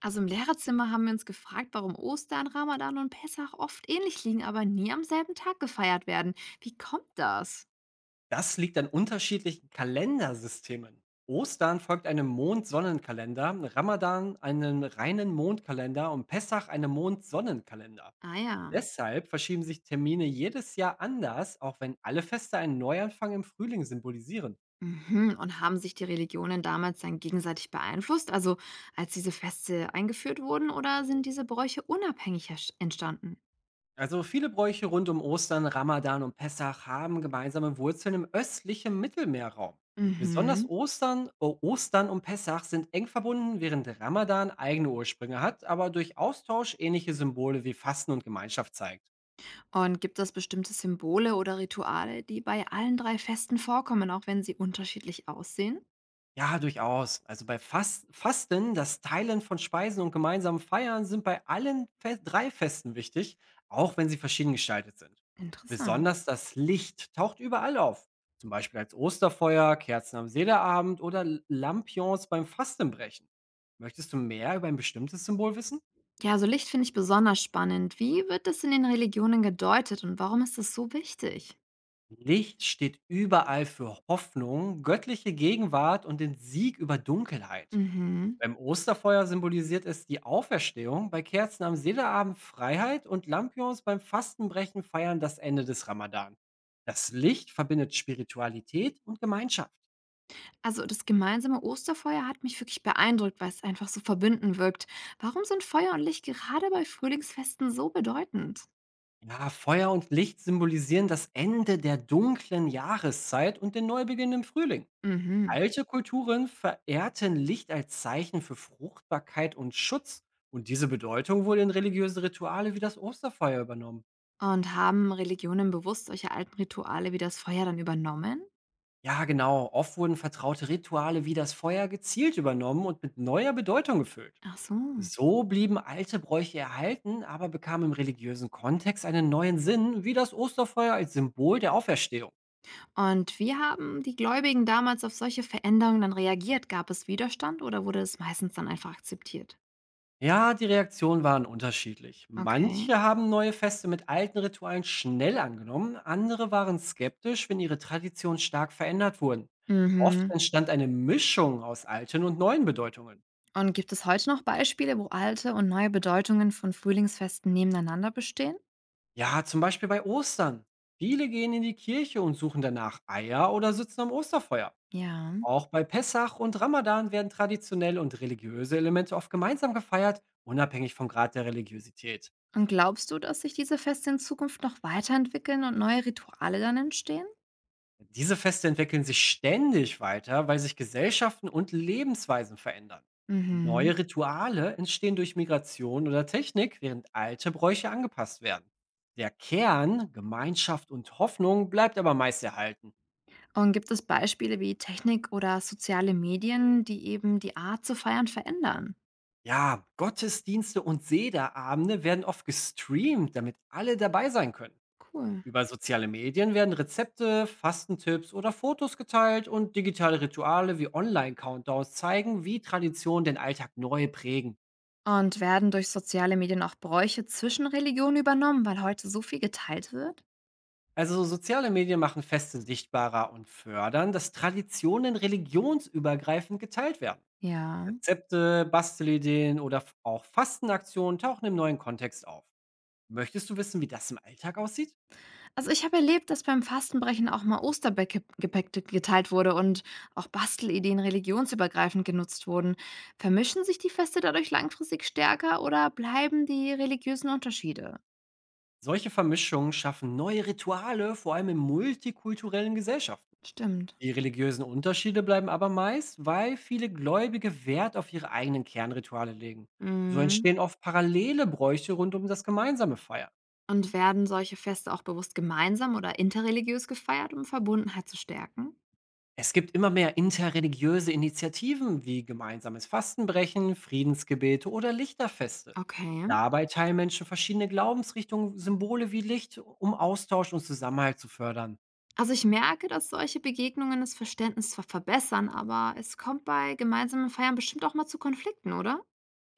Also im Lehrerzimmer haben wir uns gefragt, warum Ostern, Ramadan und Pessach oft ähnlich liegen, aber nie am selben Tag gefeiert werden. Wie kommt das? Das liegt an unterschiedlichen Kalendersystemen. Ostern folgt einem Mond-Sonnenkalender, Ramadan einen reinen Mondkalender und Pessach einem Mond-Sonnenkalender. Ah ja. Deshalb verschieben sich Termine jedes Jahr anders, auch wenn alle Feste einen Neuanfang im Frühling symbolisieren. Mhm. Und haben sich die Religionen damals dann gegenseitig beeinflusst, also als diese Feste eingeführt wurden, oder sind diese Bräuche unabhängig entstanden? Also viele Bräuche rund um Ostern, Ramadan und Pessach haben gemeinsame Wurzeln im östlichen Mittelmeerraum. Besonders Mhm. Ostern und Pessach sind eng verbunden, während Ramadan eigene Ursprünge hat, aber durch Austausch ähnliche Symbole wie Fasten und Gemeinschaft zeigt. Und gibt es bestimmte Symbole oder Rituale, die bei allen drei Festen vorkommen, auch wenn sie unterschiedlich aussehen? Ja, durchaus. Also bei Fasten, das Teilen von Speisen und gemeinsamen Feiern sind bei allen Fe 3 Festen wichtig, auch wenn sie verschieden gestaltet sind. Interessant. Besonders das Licht taucht überall auf. Zum Beispiel als Osterfeuer, Kerzen am Sederabend oder Lampions beim Fastenbrechen. Möchtest du mehr über ein bestimmtes Symbol wissen? Ja, also Licht finde ich besonders spannend. Wie wird es in den Religionen gedeutet und warum ist es so wichtig? Licht steht überall für Hoffnung, göttliche Gegenwart und den Sieg über Dunkelheit. Mhm. Beim Osterfeuer symbolisiert es die Auferstehung, bei Kerzen am Seeleabend Freiheit und Lampions beim Fastenbrechen feiern das Ende des Ramadan. Das Licht verbindet Spiritualität und Gemeinschaft. Also das gemeinsame Osterfeuer hat mich wirklich beeindruckt, weil es einfach so verbündend wirkt. Warum sind Feuer und Licht gerade bei Frühlingsfesten so bedeutend? Ja, Feuer und Licht symbolisieren das Ende der dunklen Jahreszeit und den Neubeginn im Frühling. Mhm. Alte Kulturen verehrten Licht als Zeichen für Fruchtbarkeit und Schutz und diese Bedeutung wurde in religiöse Rituale wie das Osterfeuer übernommen. Und haben Religionen bewusst solche alten Rituale wie das Feuer dann übernommen? Ja, genau. Oft wurden vertraute Rituale wie das Feuer gezielt übernommen und mit neuer Bedeutung gefüllt. Ach so. So blieben alte Bräuche erhalten, aber bekamen im religiösen Kontext einen neuen Sinn, wie das Osterfeuer als Symbol der Auferstehung. Und wie haben die Gläubigen damals auf solche Veränderungen dann reagiert? Gab es Widerstand oder wurde es meistens dann einfach akzeptiert? Ja, die Reaktionen waren unterschiedlich. Okay. Manche haben neue Feste mit alten Ritualen schnell angenommen, andere waren skeptisch, wenn ihre Traditionen stark verändert wurden. Oft Mhm. entstand eine Mischung aus alten und neuen Bedeutungen. Und gibt es heute noch Beispiele, wo alte und neue Bedeutungen von Frühlingsfesten nebeneinander bestehen? Ja, zum Beispiel bei Ostern. Viele gehen in die Kirche und suchen danach Eier oder sitzen am Osterfeuer. Ja. Auch bei Pessach und Ramadan werden traditionelle und religiöse Elemente oft gemeinsam gefeiert, unabhängig vom Grad der Religiosität. Und glaubst du, dass sich diese Feste in Zukunft noch weiterentwickeln und neue Rituale dann entstehen? Diese Feste entwickeln sich ständig weiter, weil sich Gesellschaften und Lebensweisen verändern. Mhm. Neue Rituale entstehen durch Migration oder Technik, während alte Bräuche angepasst werden. Der Kern, Gemeinschaft und Hoffnung bleibt aber meist erhalten. Und gibt es Beispiele wie Technik oder soziale Medien, die eben die Art zu feiern verändern? Ja, Gottesdienste und Sederabende werden oft gestreamt, damit alle dabei sein können. Cool. Über soziale Medien werden Rezepte, Fastentipps oder Fotos geteilt und digitale Rituale wie Online-Countdowns zeigen, wie Traditionen den Alltag neu prägen. Und werden durch soziale Medien auch Bräuche zwischen Religionen übernommen, weil heute so viel geteilt wird? Also soziale Medien machen Feste sichtbarer und fördern, dass Traditionen religionsübergreifend geteilt werden. Ja. Rezepte, Bastelideen oder auch Fastenaktionen tauchen im neuen Kontext auf. Möchtest du wissen, wie das im Alltag aussieht? Also ich habe erlebt, dass beim Fastenbrechen auch mal Ostergepäck geteilt wurde und auch Bastelideen religionsübergreifend genutzt wurden. Vermischen sich die Feste dadurch langfristig stärker oder bleiben die religiösen Unterschiede? Solche Vermischungen schaffen neue Rituale, vor allem in multikulturellen Gesellschaften. Stimmt. Die religiösen Unterschiede bleiben aber meist, weil viele Gläubige Wert auf ihre eigenen Kernrituale legen. So Mhm. entstehen oft parallele Bräuche rund um das gemeinsame Feiern. Und werden solche Feste auch bewusst gemeinsam oder interreligiös gefeiert, um Verbundenheit zu stärken? Es gibt immer mehr interreligiöse Initiativen wie gemeinsames Fastenbrechen, Friedensgebete oder Lichterfeste. Okay. Dabei teilen Menschen verschiedene Glaubensrichtungen Symbole wie Licht, um Austausch und Zusammenhalt zu fördern. Also ich merke, dass solche Begegnungen das Verständnis zwar verbessern, aber es kommt bei gemeinsamen Feiern bestimmt auch mal zu Konflikten, oder?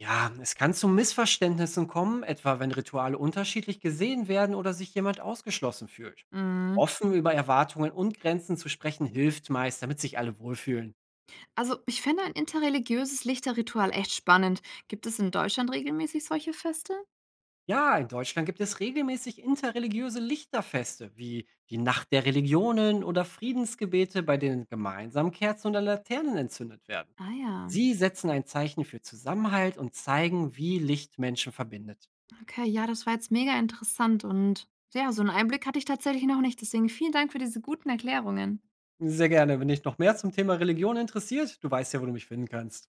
Ja, es kann zu Missverständnissen kommen, etwa wenn Rituale unterschiedlich gesehen werden oder sich jemand ausgeschlossen fühlt. Mhm. Offen über Erwartungen und Grenzen zu sprechen hilft meist, damit sich alle wohlfühlen. Also, ich fände ein interreligiöses Lichterritual echt spannend. Gibt es in Deutschland regelmäßig solche Feste? Ja, in Deutschland gibt es regelmäßig interreligiöse Lichterfeste wie die Nacht der Religionen oder Friedensgebete, bei denen gemeinsam Kerzen oder Laternen entzündet werden. Ah ja, Sie setzen ein Zeichen für Zusammenhalt und zeigen, wie Licht Menschen verbindet. okay, ja, das war jetzt mega interessant und ja, so einen Einblick hatte ich tatsächlich noch nicht. Deswegen vielen Dank für diese guten Erklärungen. Sehr gerne, wenn dich noch mehr zum Thema Religion interessiert, du weißt ja, wo du mich finden kannst.